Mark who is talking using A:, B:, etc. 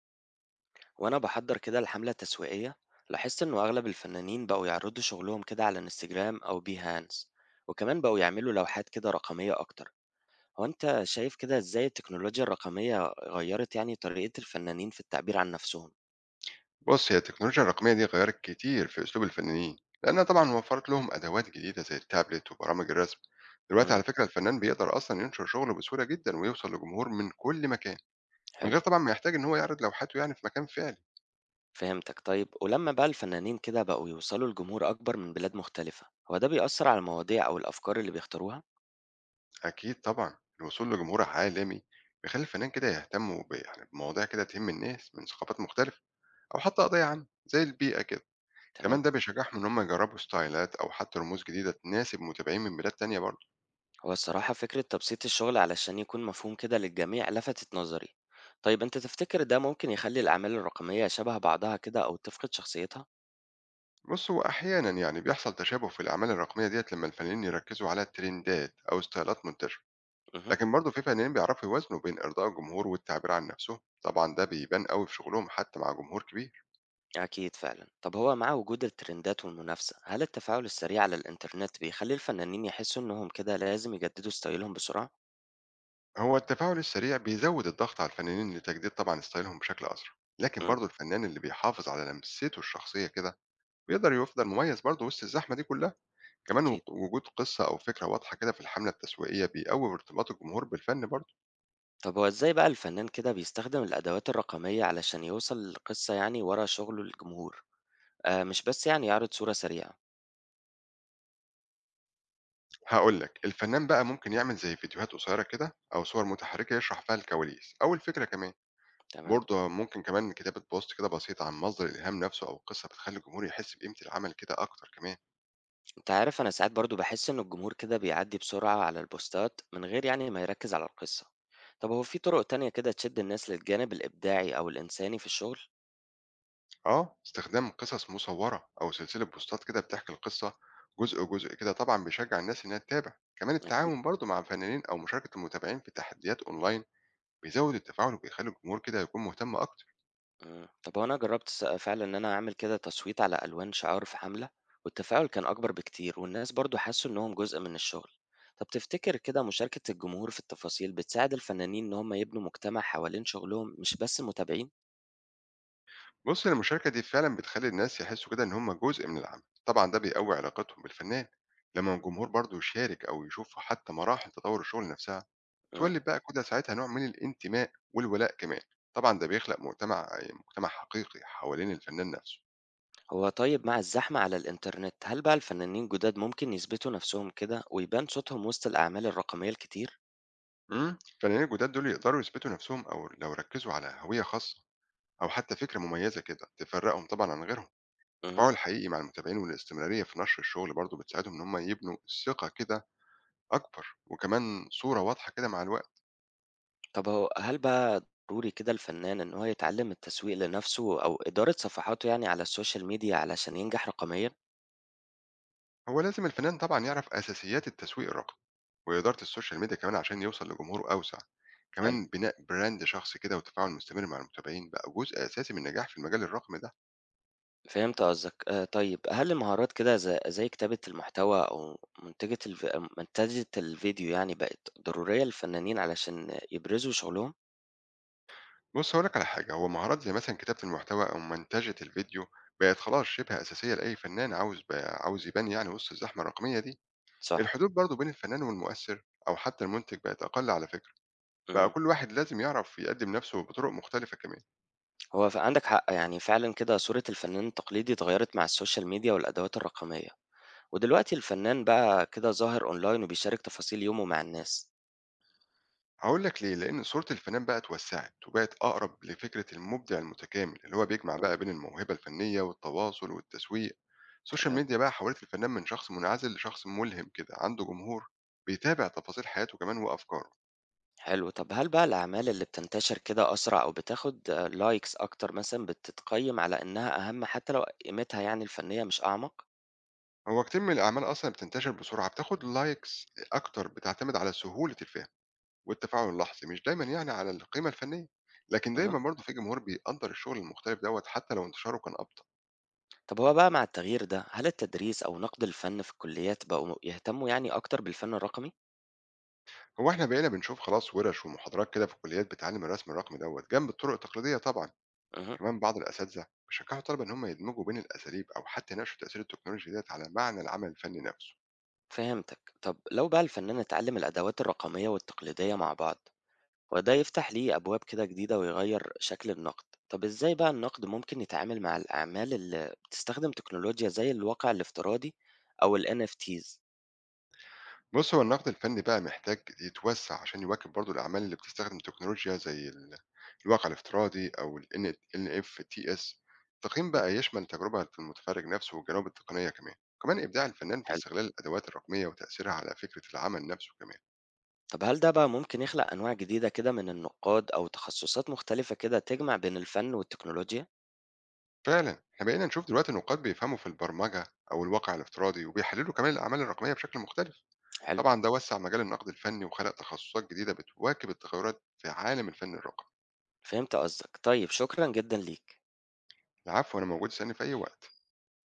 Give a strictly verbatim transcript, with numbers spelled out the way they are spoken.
A: وأنا بحضر كده الحملة التسويقية، لاحظت إنه أغلب الفنانين بقوا يعرضوا شغلهم كده على انستجرام أو بيهانس. وكمان بقوا يعملوا لوحات كده رقمية أكتر. هو أنت شايف كده إزاي التكنولوجيا الرقمية غيرت يعني طريقة الفنانين في التعبير عن نفسهم؟
B: بص، هي التكنولوجيا الرقمية دي غيرت كتير في أسلوب الفنانين. لأنها طبعا وفرت لهم أدوات جديدة زي التابلت وبرامج الرسم. دلوقتي
A: امم
B: على فكرة الفنان بيقدر أصلا ينشر شغله بسهولة جدا ويوصل لجمهور من كل مكان من
A: حلو.
B: غير طبعا ما يحتاج إن هو يعرض لوحاته يعني في مكان فعلي.
A: فهمتك. طيب ولما بقى الفنانين كده بقوا يوصلوا لجمهور أكبر من بلاد مختلفة، هو ده بيأثر على المواضيع أو الأفكار اللي بيختاروها؟
B: أكيد طبعا الوصول لجمهور عالمي بيخلي الفنان كده يهتم ب- يعني بمواضيع كده تهم الناس من ثقافات مختلفة، أو حتى قضايا عامة زي البيئة كده.
A: تمام.
B: كمان ده بيشجعهم إن هم يجربوا ستايلات أو حتى رموز جديدة تناسب متابعين من بلاد تانية برضه.
A: هو الصراحة فكرة تبسيط الشغل علشان يكون مفهوم كده للجميع لفتت نظري. طيب انت تفتكر ده ممكن يخلي الأعمال الرقمية شبه بعضها كده أو تفقد شخصيتها؟
B: بص هو أحيانا يعني بيحصل تشابه في الأعمال الرقمية ديت لما الفنانين يركزوا على ترندات أو ستايلات منتشرة،
A: مه.
B: لكن برضه في فنانين بيعرفوا يوازنوا بين إرضاء الجمهور والتعبير عن نفسهم، طبعا ده بيبان قوي في شغلهم حتى مع جمهور كبير.
A: أكيد فعلا. طب هو مع وجود الترندات والمنافسة، هل التفاعل السريع على الإنترنت بيخلي الفنانين يحسوا إنهم كده لازم يجددوا ستايلهم بسرعة؟
B: هو التفاعل السريع بيزود الضغط على الفنانين لتجديد طبعا ستايلهم بشكل أسرع، لكن
A: مم.
B: برضه الفنان اللي بيحافظ على لمسته الشخصية كده بيقدر يفضل مميز برضه وسط الزحمة دي كلها، كمان
A: أكيد.
B: وجود قصة أو فكرة واضحة كده في الحملة التسويقية بيقوي ارتباط الجمهور بالفن برضه.
A: طب هو إزاي بقى الفنان كده بيستخدم الأدوات الرقمية علشان يوصل للقصة يعني ورا شغله للجمهور؟ آه مش بس يعني يعرض صورة سريعة.
B: هاقول لك، الفنان بقى ممكن يعمل زي فيديوهات قصيرة كده أو صور متحركة يشرح فيها الكواليس أو الفكرة كمان،
A: تمام.
B: برضه ممكن كمان كتابة بوست كده بسيط عن مصدر الإلهام نفسه أو القصة بتخلي الجمهور يحس بقيمة العمل كده أكتر كمان.
A: أنت عارف أنا ساعات برضه باحس إن الجمهور كده بيعدّي بسرعة على البوستات من غير يعني ما يركّز على القصة. طب هو في طرق تانية كده تشد الناس للجانب الإبداعي أو الإنساني في الشغل؟
B: آه، استخدام قصص مصورة أو سلسلة بوستات كده بتحكي القصة جزء جزء كده طبعا بيشجع الناس إنها تتابع، كمان
A: أكيد.
B: التعاون برضه مع الفنانين أو مشاركة المتابعين في تحديات أونلاين بيزود التفاعل وبيخلي الجمهور كده يكون مهتم أكتر.
A: إمم. طب هو أنا جرّبت س فعلًا إن أنا أعمل كده تصويت على ألوان شعار في حملة، والتفاعل كان أكبر بكتير، والناس برضه حسّوا إنّهم جزء من الشغل. طب تفتكر كده مشاركة الجمهور في التفاصيل بتساعد الفنانين إن هم يبنوا مجتمع حوالين شغلهم مش بس متابعين؟
B: بُص، هي المشاركة دي فعلًا بتخلّي الناس يحسّوا كده إن هم جزء من العمل، طبعًا ده بيقوّي علاقتهم بالفنان، لمّا الجمهور برضه يشارك أو يشوف حتى مراحل تطوّر الشغل نفسها،
A: إمم.
B: تولِّد بقى كده ساعتها نوع من الانتماء والولاء كمان، طبعًا ده بيخلق مجتمع مجتمع حقيقي حوالين الفنان نفسه.
A: هو طيب مع الزحمة على الإنترنت، هل بقى الفنانين جداد ممكن يثبتوا نفسهم كده ويبان صوتهم وسط الأعمال الرقمية الكتير؟
B: إمم، الفنانين الجداد دول يقدروا يثبتوا نفسهم أو لو ركّزوا على هوية خاصة أو حتى فكرة مميزة كده تفرّقهم طبعًا عن غيرهم. التفاعل
A: امم
B: الحقيقي مع المتابعين والاستمرارية في نشر الشغل برضه بتساعدهم إن هم يبنوا ثقة كده أكبر، وكمان صورة واضحة كده مع الوقت.
A: طب هو هل بقى ضروري كده الفنان إن هو يتعلم التسويق لنفسه أو إدارة صفحاته يعني على السوشيال ميديا علشان ينجح رقميا؟
B: هو لازم الفنان طبعا يعرف أساسيات التسويق الرقمي وإدارة السوشيال ميديا كمان عشان يوصل لجمهور أوسع.
A: حلو.
B: كمان بناء براند شخصي كده وتفاعل مستمر مع المتابعين بقى جزء أساسي من النجاح في المجال الرقمي ده.
A: فهمت قصدك. آه طيب هل المهارات كده زي, زي كتابة المحتوى أو منتجة الف... منتجة الفيديو يعني بقت ضرورية للفنانين علشان يبرزوا شغلهم؟
B: بص هقولك على حاجة، هو مهارات زي مثلا كتابة المحتوى أو منتجة الفيديو بقت خلاص شبه أساسية لأي فنان عاوز بقى عاوز يبان يعني وسط الزحمة الرقمية دي.
A: صح.
B: الحدود برضو بين الفنان والمؤثر أو حتى المنتج بقت أقل على فكرة. بقى
A: مم.
B: كل واحد لازم يعرف يقدم نفسه بطرق مختلفة كمان.
A: هو ف عندك حق، يعني فعلًا كده صورة الفنان التقليدي اتغيّرت مع السوشيال ميديا والأدوات الرقمية، ودلوقتي الفنان بقى كده ظاهر أونلاين وبيشارك تفاصيل يومه مع الناس.
B: هاقول لك ليه، لإن صورة الفنان بقى اتوسّعت وبقت أقرب لفكرة المبدع المتكامل، اللي هو بيجمع بقى
A: إمم.
B: بين الموهبة الفنية والتواصل والتسويق. السوشيال
A: تمام.
B: ميديا بقى حوِّلت الفنان من شخص منعزل لشخص ملهم كده، عنده جمهور بيتابع تفاصيل حياته كمان وأفكاره.
A: حلو. طب هل بقى الأعمال اللي بتنتشر كده أسرع أو بتاخد آه، لايكس أكتر مثلًا بتتقيّم على إنها أهم حتى لو قيمتها يعني الفنية مش أعمق؟
B: هو كتير من الأعمال أصلًا بتنتشر بسرعة، بتاخد لايكس أكتر، بتعتمد على سهولة الفهم والتفاعل اللحظي، مش دايمًا يعني على القيمة الفنية. لكن
A: اهم.
B: دايمًا برضه في جمهور بيقدّر الشغل المختلف دوّة حتى لو انتشاره كان أبطأ.
A: طب هو بقى مع التغيير ده، هل التدريس أو نقد الفن في الكليات بقوا يهتموا يعني أكتر بالفن الرقمي؟
B: هو احنا بقينا بنشوف خلاص ورش ومحاضرات كده في الكليات بتعلم الرسم الرقمي دوت جنب الطرق التقليديه طبعا.
A: اهم.
B: كمان بعض الاساتذه بيشجعوا الطلبه ان هم يدمجوا بين الاساليب او حتى يناقشوا تاثير التكنولوجيا ديت على معنى العمل الفني نفسه.
A: فهمتك. طب لو بقى الفنان اتعلم الأدوات الرقمية والتقليدية مع بعض، وده يفتح ليه أبواب كده جديدة ويغير شكل النقد. طب إزاي بقى النقد ممكن يتعامل مع الأعمال اللي بتستخدم تكنولوجيا زي الواقع الافتراضي أو ال إن إف تيز؟
B: بص هو النقد الفني بقى محتاج يتوسع عشان يواكب برضو الاعمال اللي بتستخدم تكنولوجيا زي ال- الواقع الافتراضي او ال N F T s. التقييم بقى يشمل تجربه المتفرج نفسه والجوانب التقنيه كمان، كمان ابداع الفنان في
A: حلو.
B: استغلال الادوات الرقميه وتاثيرها على فكره العمل نفسه كمان.
A: طب هل ده بقى ممكن يخلق أنواع جديدة كده من النقاد أو تخصصات مختلفة كده تجمع بين الفن والتكنولوجيا؟
B: فعلًا، إحنا بقينا نشوف دلوقتي نقاد بيفهموا في البرمجة أو الواقع الافتراضي، وبيحللوا كمان الأعمال الرقمية بشكل مختلف.
A: حلو.
B: طبعًا ده وسّع مجال النقد الفني وخلق تخصصات جديدة بتواكب التغيرات في عالم الفن الرقمي.
A: فهمت قصدك. طيب شكرا جدا ليك.
B: العفو، أنا موجود، اسألني في أي وقت.